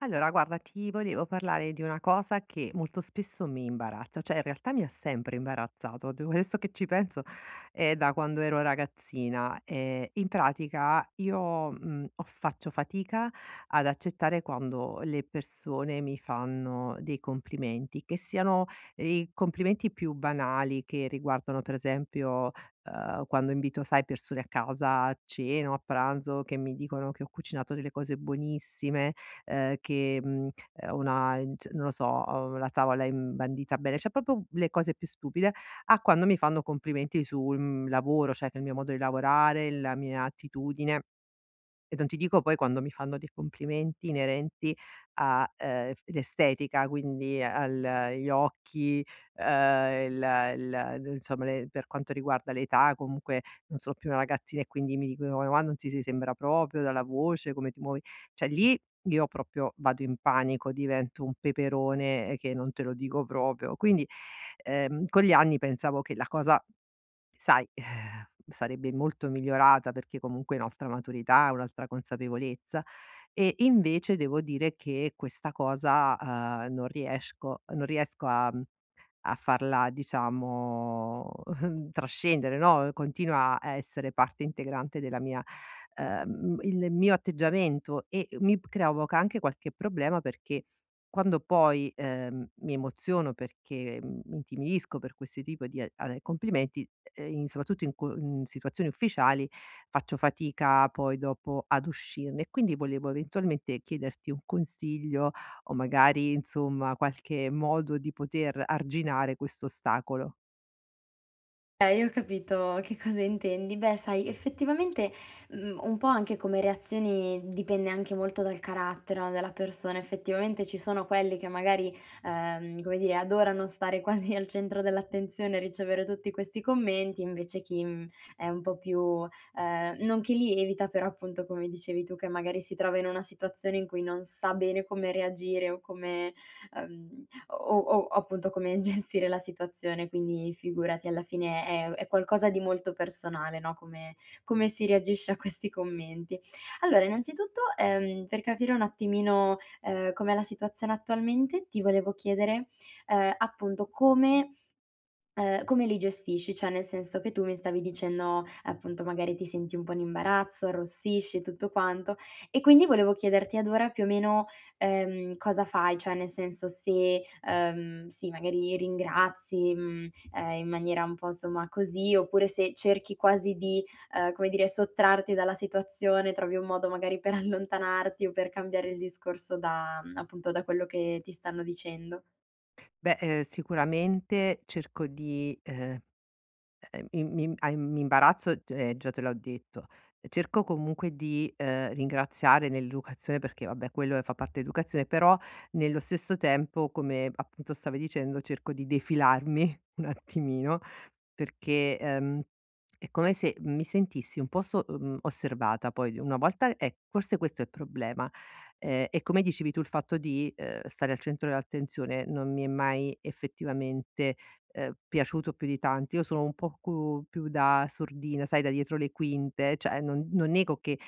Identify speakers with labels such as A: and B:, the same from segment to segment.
A: Allora, guarda, ti volevo parlare di una cosa che molto spesso mi imbarazza, cioè in realtà mi ha sempre imbarazzato, adesso che ci penso è da quando ero ragazzina. In pratica io faccio fatica ad accettare quando le persone mi fanno dei complimenti, che siano i complimenti più banali che riguardano per esempio quando invito, sai, persone a casa a cena o a pranzo che mi dicono che ho cucinato delle cose buonissime, che, una c non lo so, la tavola è imbandita bene, cioè proprio le cose più stupide, a quando mi fanno complimenti sul, lavoro, cioè che il mio modo di lavorare, la mia attitudine. E non ti dico poi quando mi fanno dei complimenti inerenti a, f l'estetica, quindi al gli occhi, il d insomma le per quanto riguarda l'età, comunque non sono più una ragazzina e quindi mi dicono: "Ma non si sembra proprio dalla voce, come ti muovi". Cioè lì io proprio vado in panico, divento un peperone, che non te lo dico proprio. Quindi, con gli anni pensavo che la cosa Sai, eh, sarebbe molto migliorata perché comunque è un'altra maturità, un'altra consapevolezza, e invece devo dire che questa cosa, non riesco a a farla diciamo trascendere, no, continua a essere parte integrante della mia il mio atteggiamento, e mi provoca anche qualche problema perché quando poi, mi emoziono perché mi intimidisco per questi tipo di a complimenti, in soprattutto in situazioni ufficiali, faccio fatica poi dopo ad uscirne. Quindi volevo eventualmente chiederti un consiglio o magari insomma qualche modo di poter arginare questo ostacolo?
B: Okay, ho capito che cosa intendi. Beh, sai, effettivamente, un po' anche come reazioni dipende anche molto dal carattere, no, della persona. Effettivamente ci sono quelli che magari, come dire, adorano stare quasi al centro dell'attenzione e ricevere tutti questi commenti, invece chi, mhmm, è un po' più non che li evita, però appunto come dicevi tu, che magari si trova in una situazione in cui non sa bene come reagire o come, ehm o o appunto come gestire la situazione, quindi figurati alla fine è qualcosa di molto personale, no, come come si reagisce a questi commenti. Allora innanzitutto, per capire un attimino, com'è la situazione attualmente, ti volevo chiedere, appunto come come li gestisci? Cioè, nel senso che tu mi stavi dicendo, appunto, magari ti senti un po' in imbarazzo, arrossisci e tutto quanto, e quindi volevo chiederti ad ora più o meno, cosa fai, cioè nel senso se, sì magari ringrazi, mhmm, in maniera un po' insomma così, oppure se cerchi quasi di, come dire, sottrarti dalla situazione, trovi un modo magari per allontanarti o per cambiare il discorso da appunto, da quello che ti stanno dicendo.
A: Beh, sicuramente cerco di mi imbarazzo, già te l'ho detto. Cerco comunque di, ringraziare nell'educazione perché vabbè quello fa parte dell'educazione, però nello stesso tempo, come appunto stavi dicendo, cerco di defilarmi un attimino. Perché, è come se mi sentissi un po' osservata poi una volta, forse questo è il problema. E come dicevi tu, il fatto di, stare al centro dell'attenzione non mi è mai effettivamente, piaciuto più di tanto. Io sono un po' cu più da sordina, sai, da dietro le quinte, cioè non nego che,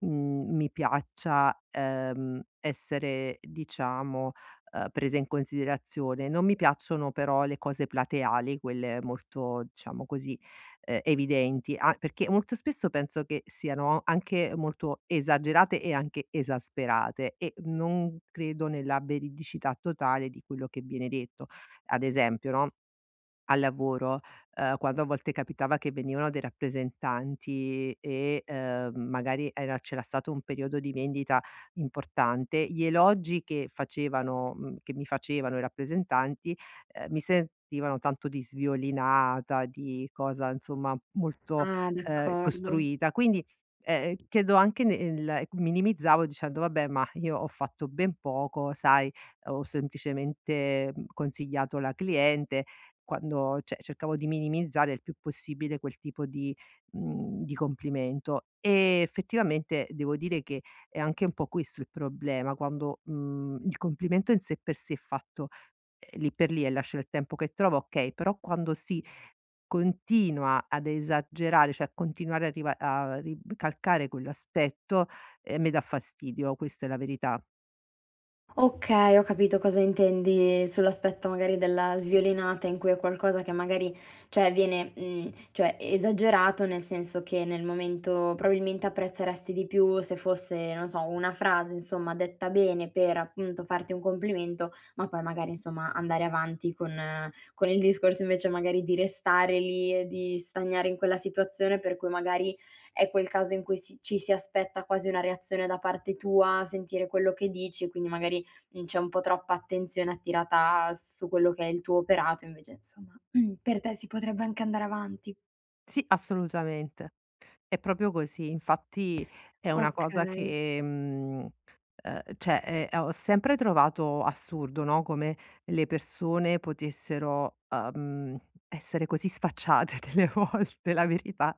A: mi piaccia, essere diciamo, prese in considerazione. Non mi piacciono però le cose plateali, quelle molto, diciamo così, evidenti, a perché molto spesso penso che siano anche molto esagerate e anche esasperate e non credo nella veridicità totale di quello che viene detto. Ad esempio, no, al lavoro, quando a volte capitava che venivano dei rappresentanti e, magari era c'era stato un periodo di vendita importante, gli elogi che che mi facevano i rappresentanti, mi sentivano tanto di sviolinata, di cosa insomma molto,
B: Ah, d'accordo.
A: costruita. Quindi, chiedo anche nel ecco, minimizzavo dicendo: "Vabbè, ma io ho fatto ben poco, sai, ho semplicemente, consigliato la cliente". Cercavo di minimizzare il più possibile quel tipo di di complimento. E effettivamente devo dire che è anche un po' questo il problema, quando, il complimento in sé per sé è fatto, lì per lì e lascia il tempo che trova, okay, però quando si continua ad esagerare, cioè a continuare a ricalcare quell'aspetto, mi dà fastidio, questa è la verità.
B: Okay, ho capito cosa intendi sull'aspetto magari della sviolinata in cui è qualcosa che magari, cioè viene, mhmm, cioè esagerato, nel senso che nel momento probabilmente apprezzeresti di più se fosse, non so, una frase insomma detta bene per appunto farti un complimento, ma poi magari insomma andare avanti con il discorso invece magari di restare lì e di stagnare in quella situazione per cui magari è quel caso in cui ci si aspetta quasi una reazione da parte tua, sentire quello che dici e quindi magari mhmm, c'è un po' troppa attenzione attirata su quello che è il tuo operato, invece insomma, mhmm, per te si potrebbe anche andare avanti.
A: Sì, assolutamente. È proprio così. Infatti è una cosa
B: Okay.
A: che, cioè, ho sempre trovato assurdo, no, come le persone potessero, essere così sfacciate delle volte, la verità.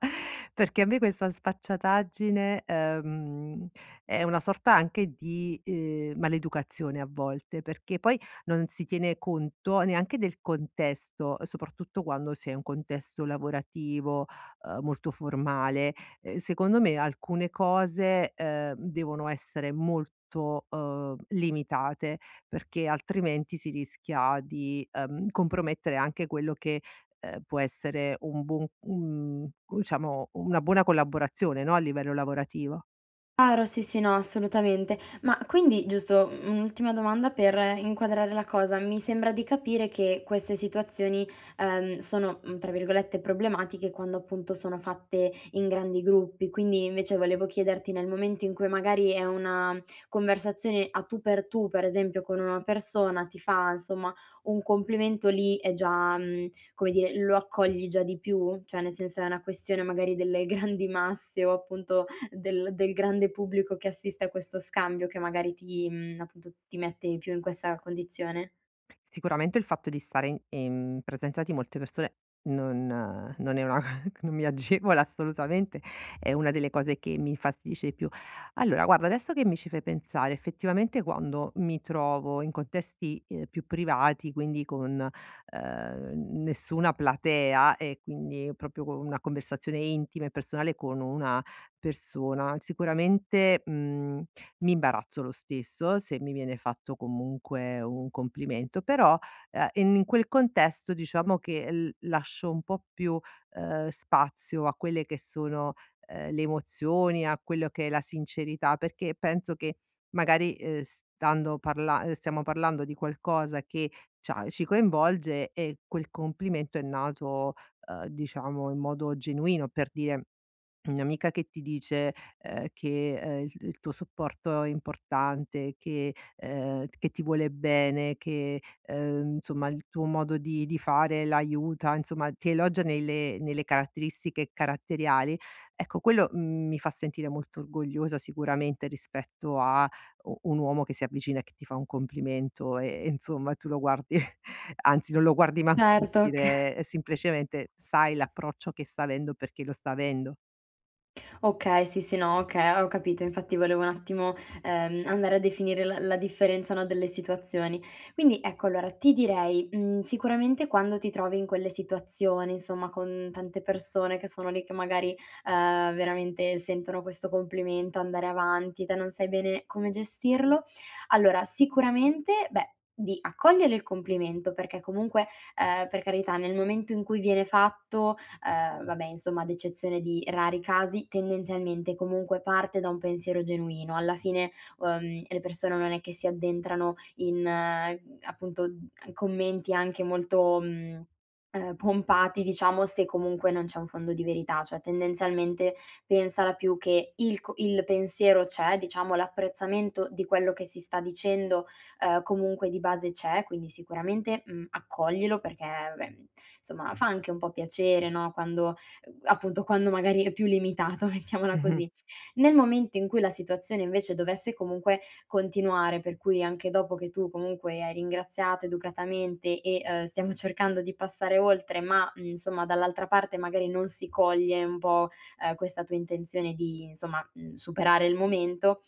A: Perché a me questa sfacciataggine, è una sorta anche di, maleducazione a volte, perché poi non si tiene conto neanche del contesto, soprattutto quando si è in un contesto lavorativo, molto formale. Secondo me alcune cose, devono essere molto, limitate, perché altrimenti si rischia di, compromettere anche quello che, può essere un buon, diciamo una buona collaborazione, no, a livello lavorativo.
B: Chiaro, sì, sì, no, assolutamente. Ma quindi, giusto, mhmm, un'ultima domanda per inquadrare la cosa. Mi sembra di capire che queste situazioni, sono, mhmm, tra virgolette, "problematiche" quando appunto sono fatte in grandi gruppi. Quindi invece volevo chiederti, nel momento in cui magari è una conversazione a tu, per esempio con una persona, ti fa insomma un complimento, lì è già mhmm, come dire, lo accogli già di più? Cioè nel senso è una questione magari delle grandi masse o appunto del grande pubblico che assiste a questo scambio che magari ti mhmm, appunto, ti mette più in questa condizione?
A: Sicuramente il fatto di stare in presenza di molte persone non è una non mi agevola assolutamente, è una delle cose che mi infastidisce di più. Allora guarda, adesso che mi ci fai pensare, effettivamente quando mi trovo in contesti, più privati, quindi con, ehm, nessuna platea e quindi proprio con una conversazione intima e personale con una persona, sicuramente, mhmm mi imbarazzo lo stesso se mi viene fatto comunque un complimento, però, in quel contesto diciamo che l lascio un po' più, spazio a quelle che sono, le emozioni, a quello che è la sincerità, perché penso che magari, stando parla stiamo parlando di qualcosa che c'ha ci coinvolge e quel complimento è nato, diciamo in modo genuino. Per dire, un'amica che ti dice, che, il tuo supporto è importante, che ti vuole bene, che, insomma il tuo modo di fare l'aiuta, insomma ti elogia nelle caratteristiche caratteriali, ecco quello, mi fa sentire molto orgogliosa sicuramente rispetto a u un uomo che si avvicina e che ti fa un complimento, e insomma tu lo guardi, anzi non lo guardi manco, per
B: Certo, okay.
A: dire, semplicemente sai l'approccio che sta avendo perché lo sta avendo.
B: Okay, sì, sì, no, okay, ho capito. Infatti volevo un attimo, andare a definire la differenza, no, delle situazioni. Quindi ecco, allora ti direi, mhmm, sicuramente quando ti trovi in quelle situazioni, insomma, con tante persone che sono lì che magari, veramente sentono questo complimento, andare avanti, te non sai bene come gestirlo, allora sicuramente, beh, di accogliere il complimento perché comunque, per carità, nel momento in cui viene fatto, vabbè insomma ad eccezione di rari casi, tendenzialmente comunque parte da un pensiero genuino. Alla fine, le persone non è che si addentrano in, appunto, commenti anche molto, pompati diciamo, se comunque non c'è un fondo di verità. Cioè tendenzialmente pensala più che il pensiero c'è, diciamo l'apprezzamento di quello che si sta dicendo comunque di base c'è, quindi sicuramente, mhmm, accoglilo perché beh, insomma fa anche un po' piacere, no, quando appunto quando magari è più limitato, mettiamola
A: Mh-mh.
B: così. Nel momento in cui la situazione invece dovesse comunque continuare, per cui anche dopo che tu comunque hai ringraziato educatamente e, stiamo cercando di passare oltre, ma, mhmm, insomma dall'altra parte magari non si coglie un po', questa tua intenzione di insomma, mhmm, superare il momento,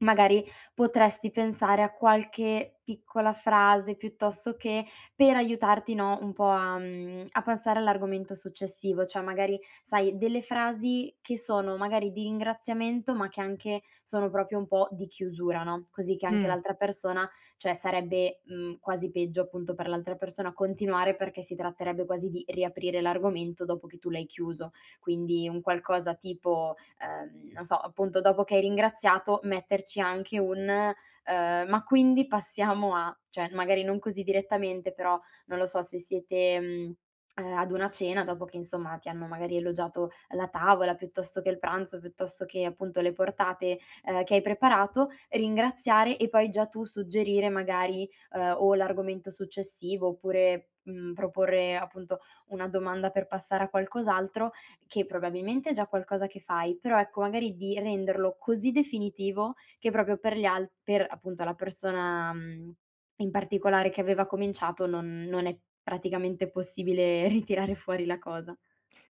B: magari potresti pensare a qualche piccola frase piuttosto che per aiutarti, no, un po' a mhmm, a passare all'argomento successivo, cioè magari, sai, delle frasi che sono magari di ringraziamento, ma che anche sono proprio un po' di chiusura, no, così che anche
A: Mh.
B: l'altra persona cioè sarebbe, mhmm, quasi peggio appunto per l'altra persona continuare, perché si tratterebbe quasi di riaprire l'argomento dopo che tu l'hai chiuso. Quindi un qualcosa tipo: non so, appunto dopo che hai ringraziato metterci anche un, ma quindi passiamo a cioè magari non così direttamente, però non lo so se siete, mhmm, ad una cena dopo che insomma ti hanno magari elogiato la tavola, piuttosto che il pranzo, piuttosto che appunto le portate, che hai preparato, ringraziare e poi già tu suggerire magari, o l'argomento successivo oppure, mhmm, proporre appunto una domanda per passare a qualcos'altro, che probabilmente è già qualcosa che fai, però ecco magari di renderlo così definitivo che proprio per gli al per appunto la persona, mhmm, in particolare che aveva cominciato non è praticamente possibile ritirare fuori la cosa.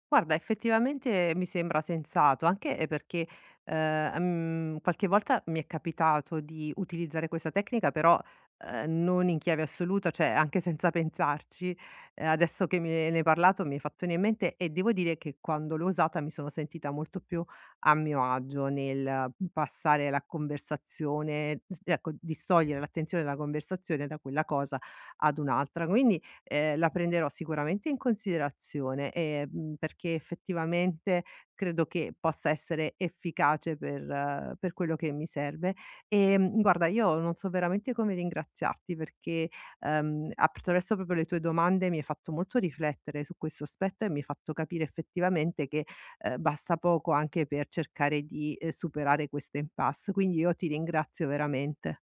A: Guarda, effettivamente mi sembra sensato, anche, perché, qualche volta mi è capitato di utilizzare questa tecnica, però, non in chiave assoluta, cioè anche senza pensarci. Adesso che me ne hai parlato mi hai fatto venire in mente, e devo dire che quando l'ho usata mi sono sentita molto più a mio agio nel passare la conversazione, s ecco, distogliere l'attenzione dalla conversazione da quella cosa ad un'altra. Quindi la prenderò sicuramente in considerazione, perché effettivamente credo che possa essere efficace per quello che mi serve. Guarda, io non so veramente come ringraziarti perché, attraverso proprio le tue domande mi hai fatto molto riflettere su questo aspetto e mi hai fatto capire effettivamente che, basta poco anche per cercare di, superare questo impasse. Quindi io ti ringrazio veramente.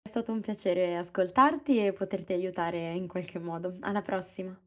B: È stato un piacere ascoltarti e poterti aiutare in qualche modo. Alla prossima.